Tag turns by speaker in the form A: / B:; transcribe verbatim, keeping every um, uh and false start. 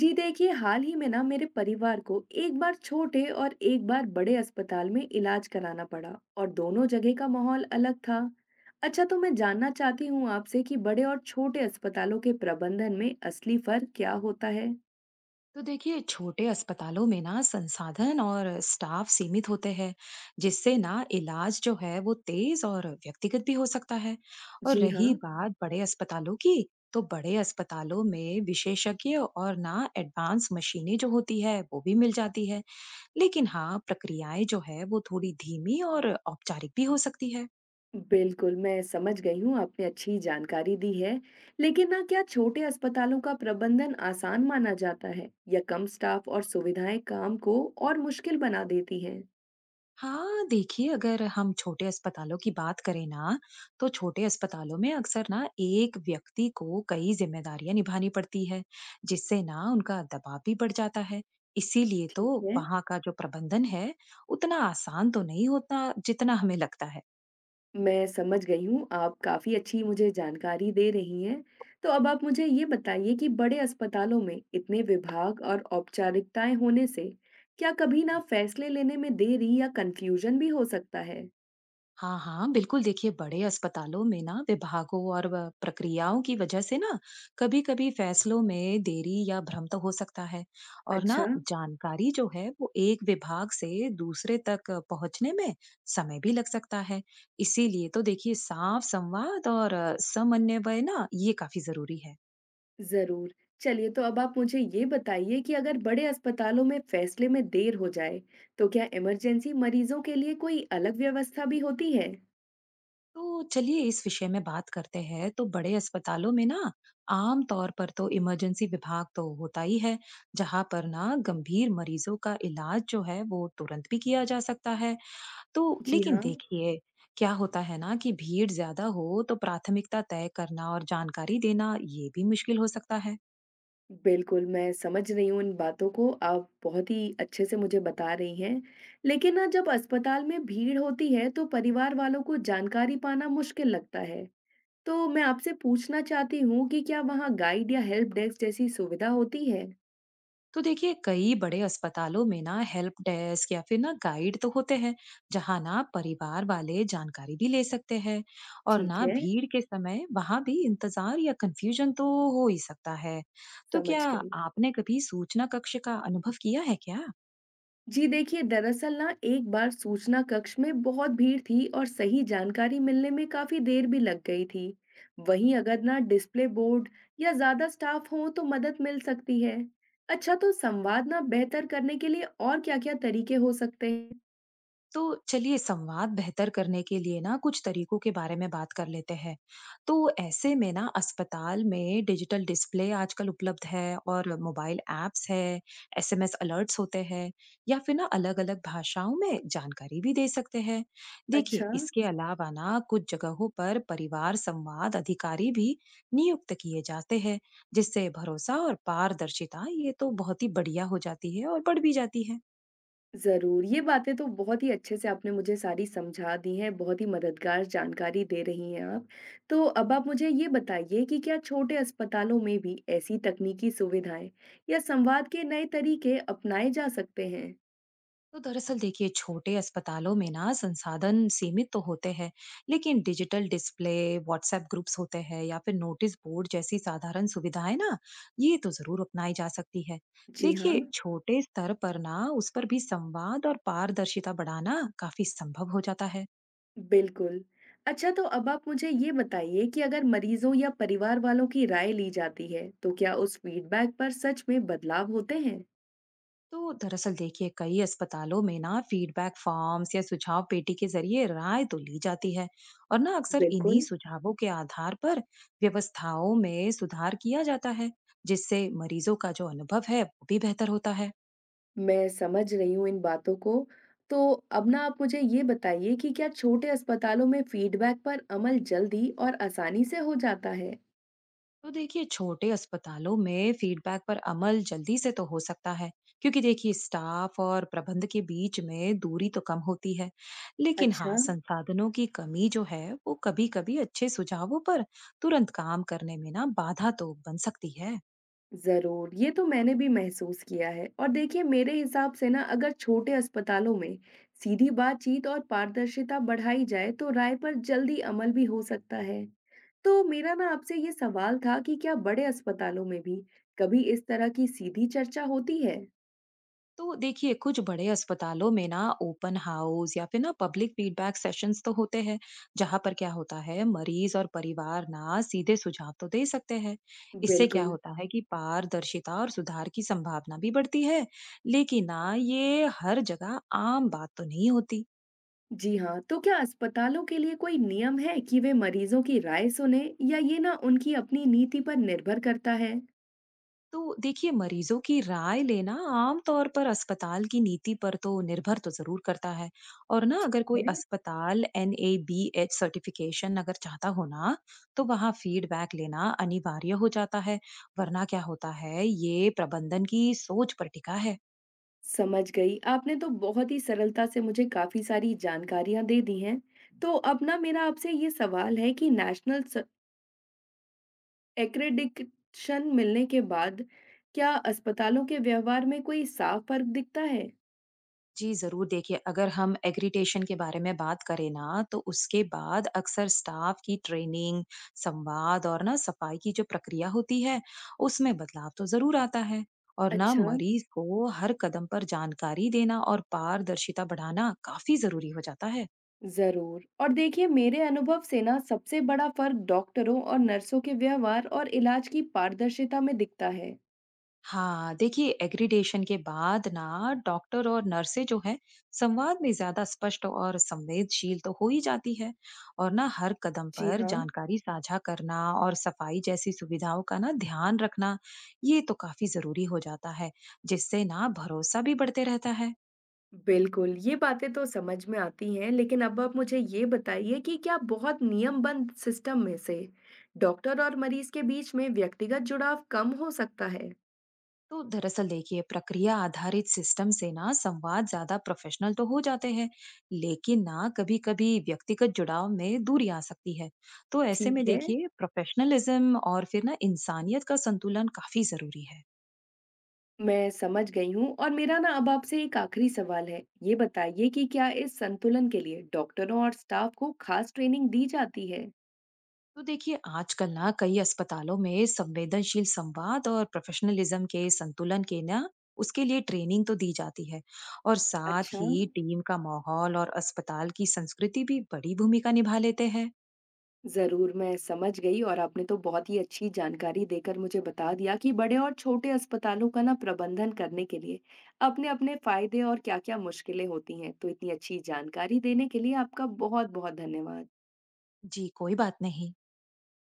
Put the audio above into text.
A: जी देखिए, हाल ही में ना मेरे परिवार को एक बार छोटे और एक बार बड़े अस्पताल में इलाज कराना पड़ा और दोनों जगह का माहौल अलग था। अच्छा, तो मैं जानना चाहती हूँ आपसे कि बड़े और छोटे अस्पतालों के प्रबंधन में असली फर्क क्या होता है।
B: तो देखिए छोटे अस्पतालों में ना संसाधन और स्टाफ सीमित होते हैं, जिससे ना इलाज जो है वो तेज और व्यक्तिगत भी हो सकता है। और
A: जी हाँ।
B: रही बात बड़े अस्पतालों की, तो बड़े अस्पतालों में विशेषज्ञ और ना एडवांस मशीनें जो होती है वो भी मिल जाती है। लेकिन हाँ, प्रक्रियाएं जो है वो थोड़ी धीमी और औपचारिक भी हो सकती है।
A: बिल्कुल, मैं समझ गई हूँ, आपने अच्छी जानकारी दी है। लेकिन ना क्या छोटे अस्पतालों का प्रबंधन आसान माना जाता है या कम स्टाफ और सुविधाएं काम को और मुश्किल बना देती हैं?
B: हाँ, देखिए अगर हम छोटे अस्पतालों की बात करें ना, तो छोटे अस्पतालों में अक्सर ना एक व्यक्ति को कई जिम्मेदारियां निभानी पड़ती है, जिससे ना उनका दबाव भी बढ़ जाता है। इसीलिए तो
A: ठीक है।
B: वहाँ का जो प्रबंधन है, उतना आसान तो नहीं होता जितना हमें लगता है।
A: मैं समझ गई हूँ, आप काफ़ी अच्छी मुझे जानकारी दे रही हैं। तो अब आप मुझे ये बताइए कि बड़े अस्पतालों में इतने विभाग और औपचारिकताएँ होने से क्या कभी ना फैसले लेने में देरी या कन्फ्यूजन भी हो सकता है?
B: हाँ हाँ, बिल्कुल। देखिए बड़े अस्पतालों में ना विभागों और व- प्रक्रियाओं की वजह से ना कभी कभी फैसलों में देरी या भ्रम तो हो सकता है। और ना
A: अच्छा।
B: जानकारी जो है वो एक विभाग से दूसरे तक पहुंचने में समय भी लग सकता है। इसीलिए तो देखिए साफ संवाद और अ, समन्वय ना ये काफी जरूरी है।
A: ज़रूर। चलिए तो अब आप मुझे ये बताइए कि अगर बड़े अस्पतालों में फैसले में देर हो जाए, तो क्या इमरजेंसी मरीजों के लिए कोई अलग व्यवस्था भी होती है?
B: तो चलिए इस विषय में बात करते हैं। तो बड़े अस्पतालों में ना आम तौर पर तो इमरजेंसी विभाग तो होता ही है, जहां पर ना गंभीर मरीजों का इलाज जो है वो तुरंत भी किया जा सकता है। तो
A: जी
B: लेकिन
A: हाँ।
B: देखिए, क्या होता है ना कि भीड़ ज्यादा हो तो प्राथमिकता तय करना और जानकारी देना ये भी मुश्किल हो सकता है।
A: बिल्कुल, मैं समझ रही हूँ इन बातों को, आप बहुत ही अच्छे से मुझे बता रही हैं। लेकिन ना जब अस्पताल में भीड़ होती है तो परिवार वालों को जानकारी पाना मुश्किल लगता है। तो मैं आपसे पूछना चाहती हूँ कि क्या वहाँ गाइड या हेल्प डेस्क जैसी सुविधा होती है?
B: तो देखिए कई बड़े अस्पतालों में ना हेल्प डेस्क या फिर ना गाइड तो होते हैं, जहाँ ना परिवार वाले जानकारी भी ले सकते हैं। और
A: ठीक
B: ना
A: है।
B: भीड़ के समय वहां भी इंतजार या कंफ्यूजन तो हो ही सकता है। तो
A: समझ
B: क्या
A: गई।
B: आपने कभी सूचना कक्ष का अनुभव किया है क्या?
A: जी देखिए, दरअसल ना एक बार सूचना कक्ष में बहुत भीड़ थी और सही जानकारी मिलने में काफी देर भी लग गई थी। वहीं अगर ना डिस्प्ले बोर्ड या ज्यादा स्टाफ हो तो मदद मिल सकती है। अच्छा, तो संवाद ना बेहतर करने के लिए और क्या-क्या तरीके हो सकते हैं?
B: तो चलिए संवाद बेहतर करने के लिए ना कुछ तरीकों के बारे में बात कर लेते हैं। तो ऐसे में ना अस्पताल में डिजिटल डिस्प्ले आजकल उपलब्ध है और मोबाइल ऐप्स है, एसएमएस अलर्ट्स होते हैं या फिर ना अलग-अलग भाषाओं में जानकारी भी दे सकते हैं। देखिए,
A: अच्छा।
B: इसके अलावा ना कुछ जगहों पर परिवार संवाद अधिकारी भी नियुक्त किए जाते हैं, जिससे भरोसा और पारदर्शिता ये तो बहुत ही बढ़िया हो जाती है और बढ़ भी जाती है।
A: ज़रूर, ये बातें तो बहुत ही अच्छे से आपने मुझे सारी समझा दी हैं, बहुत ही मददगार जानकारी दे रही हैं आप। तो अब आप मुझे ये बताइए कि क्या छोटे अस्पतालों में भी ऐसी तकनीकी सुविधाएँ या संवाद के नए तरीके अपनाए जा सकते हैं?
B: तो दरअसल देखिए छोटे अस्पतालों में ना संसाधन सीमित तो होते हैं, लेकिन डिजिटल डिस्प्ले, व्हाट्सएप ग्रुप्स होते हैं या फिर नोटिस बोर्ड जैसी साधारण सुविधाएं ना ये तो जरूर अपनाई जा सकती है।
A: जी हाँ,
B: देखिए छोटे स्तर पर ना उस पर भी संवाद और पारदर्शिता बढ़ाना काफी संभव हो जाता है।
A: बिल्कुल। अच्छा, तो अब आप मुझे ये बताइए कि अगर मरीज़ों या परिवार वालों की राय ली जाती है, तो क्या उस फीडबैक पर सच में बदलाव होते हैं?
B: तो दरअसल देखिए कई अस्पतालों में ना फीडबैक फॉर्म्स या सुझाव पेटी के जरिए राय तो ली जाती है, और ना अक्सर इन्हीं
A: बिल्कुल।
B: सुझावों के आधार पर व्यवस्थाओं में सुधार किया जाता है, जिससे मरीजों का जो अनुभव है वो भी बेहतर होता है।
A: मैं समझ रही हूँ इन बातों को। तो अब ना आप मुझे ये बताइए कि क्या छोटे अस्पतालों में फीडबैक पर अमल जल्दी और आसानी से हो जाता है?
B: तो देखिए छोटे अस्पतालों में फीडबैक पर अमल जल्दी से तो हो सकता है, क्योंकि देखिए स्टाफ और प्रबंध के बीच में दूरी तो कम होती है। लेकिन
A: अच्छा।
B: हाँ, संसाधनों की कमी जो है वो कभी-कभी अच्छे सुझावों पर तुरंत काम करने में ना बाधा तो बन सकती है।
A: ज़रूर। ये तो मैंने भी महसूस किया है और देखिए, मेरे हिसाब से ना अगर छोटे अस्पतालों में सीधी बातचीत और पारदर्शिता बढ़ाई जाए तो राय पर जल्दी अमल भी हो सकता है। तो मेरा ना आपसे ये सवाल था कि क्या बड़े अस्पतालों में भी कभी इस तरह की सीधी चर्चा होती है?
B: तो देखिए कुछ बड़े अस्पतालों में ना ओपन हाउस या फिर ना पब्लिक फीडबैक सेशंस तो होते हैं, जहां पर क्या होता है मरीज और परिवार ना सीधे सुझाव तो दे सकते हैं। इससे क्या
A: बिल्कुल।
B: होता है कि पारदर्शिता और सुधार की संभावना भी बढ़ती है, लेकिन ना ये हर जगह आम बात तो नहीं होती।
A: जी हाँ, तो क्या अस्पतालों के लिए कोई नियम है कि वे मरीजों की राय सुने या ये ना उनकी अपनी नीति पर निर्भर करता है?
B: तो देखिए मरीजों की राय लेना आमतौर पर अस्पताल की नीति पर तो निर्भर तो जरूर करता है। और ना अगर कोई
A: है?
B: अस्पताल N A B H certification अगर चाहता हो ना, तो वहाँ फीडबैक लेना अनिवार्य हो जाता है। वरना क्या होता है, ये प्रबंधन की सोच पर टिका है।
A: समझ गई। आपने तो बहुत ही सरलता से मुझे काफी सारी जानकारियां दे दी हैं। तो अब ना मेरा आपसे ये सवाल है कि नेशनल एक्रेडिटेशन मिलने के बाद क्या अस्पतालों के व्यवहार में कोई साफ फर्क दिखता है?
B: जी, ज़रूर। देखिए, अगर हम एग्रीटेशन के बारे में बात करें ना, तो उसके बाद अक्सर स्टाफ की ट्रेनिंग, संवाद और ना सफाई की जो प्रक्रिया होती है, उसमें बदलाव तो ज़रूर आता है। और ना
A: अच्छा।
B: मरीज को हर कदम पर जानकारी देना और पारदर्शिता बढ़ाना काफ़ी ज़रूरी हो जाता है।
A: जरूर, और देखिए, मेरे अनुभव से ना सबसे बड़ा फर्क डॉक्टरों और नर्सों के व्यवहार और इलाज की पारदर्शिता में दिखता है।
B: हाँ, देखिए एग्रीडेशन के बाद ना डॉक्टर और नर्सें जो है संवाद में ज्यादा स्पष्ट और संवेदनशील तो हो ही जाती है। और ना हर कदम
A: जी
B: पर
A: हाँ।
B: जानकारी साझा करना और सफाई जैसी सुविधाओं का ना ध्यान रखना ये तो काफी जरूरी हो जाता है, जिससे ना भरोसा भी बढ़ते रहता है।
A: बिल्कुल, ये बातें तो समझ में आती हैं, लेकिन अब आप मुझे ये बताइए कि क्या बहुत नियमबद्ध सिस्टम में से डॉक्टर और मरीज के बीच में व्यक्तिगत जुड़ाव कम हो सकता है?
B: तो दरअसल देखिए प्रक्रिया आधारित सिस्टम से ना संवाद ज्यादा प्रोफेशनल तो हो जाते हैं, लेकिन ना कभी कभी व्यक्तिगत जुड़ाव में दूरी आ सकती है। तो ऐसे में
A: ठीक है।
B: देखिए प्रोफेशनलिज्म और फिर ना इंसानियत का संतुलन काफी जरूरी है।
A: मैं समझ गई हूँ और मेरा ना अब आपसे एक आखिरी सवाल है, ये बताइए कि क्या इस संतुलन के लिए डॉक्टरों और स्टाफ को खास ट्रेनिंग दी जाती है?
B: तो देखिए आजकल ना कई अस्पतालों में संवेदनशील संवाद और प्रोफेशनलिज्म के संतुलन के ना उसके लिए ट्रेनिंग तो दी जाती है। और साथ
A: अच्छा।
B: ही टीम का माहौल और अस्पताल की संस्कृति भी बड़ी भूमिका निभा लेते हैं।
A: ज़रूर, मैं समझ गई और आपने तो बहुत ही अच्छी जानकारी देकर मुझे बता दिया कि बड़े और छोटे अस्पतालों का ना प्रबंधन करने के लिए अपने-अपने फ़ायदे और क्या-क्या मुश्किलें होती हैं। तो इतनी अच्छी जानकारी देने के लिए आपका बहुत-बहुत धन्यवाद।
B: जी, कोई बात नहीं।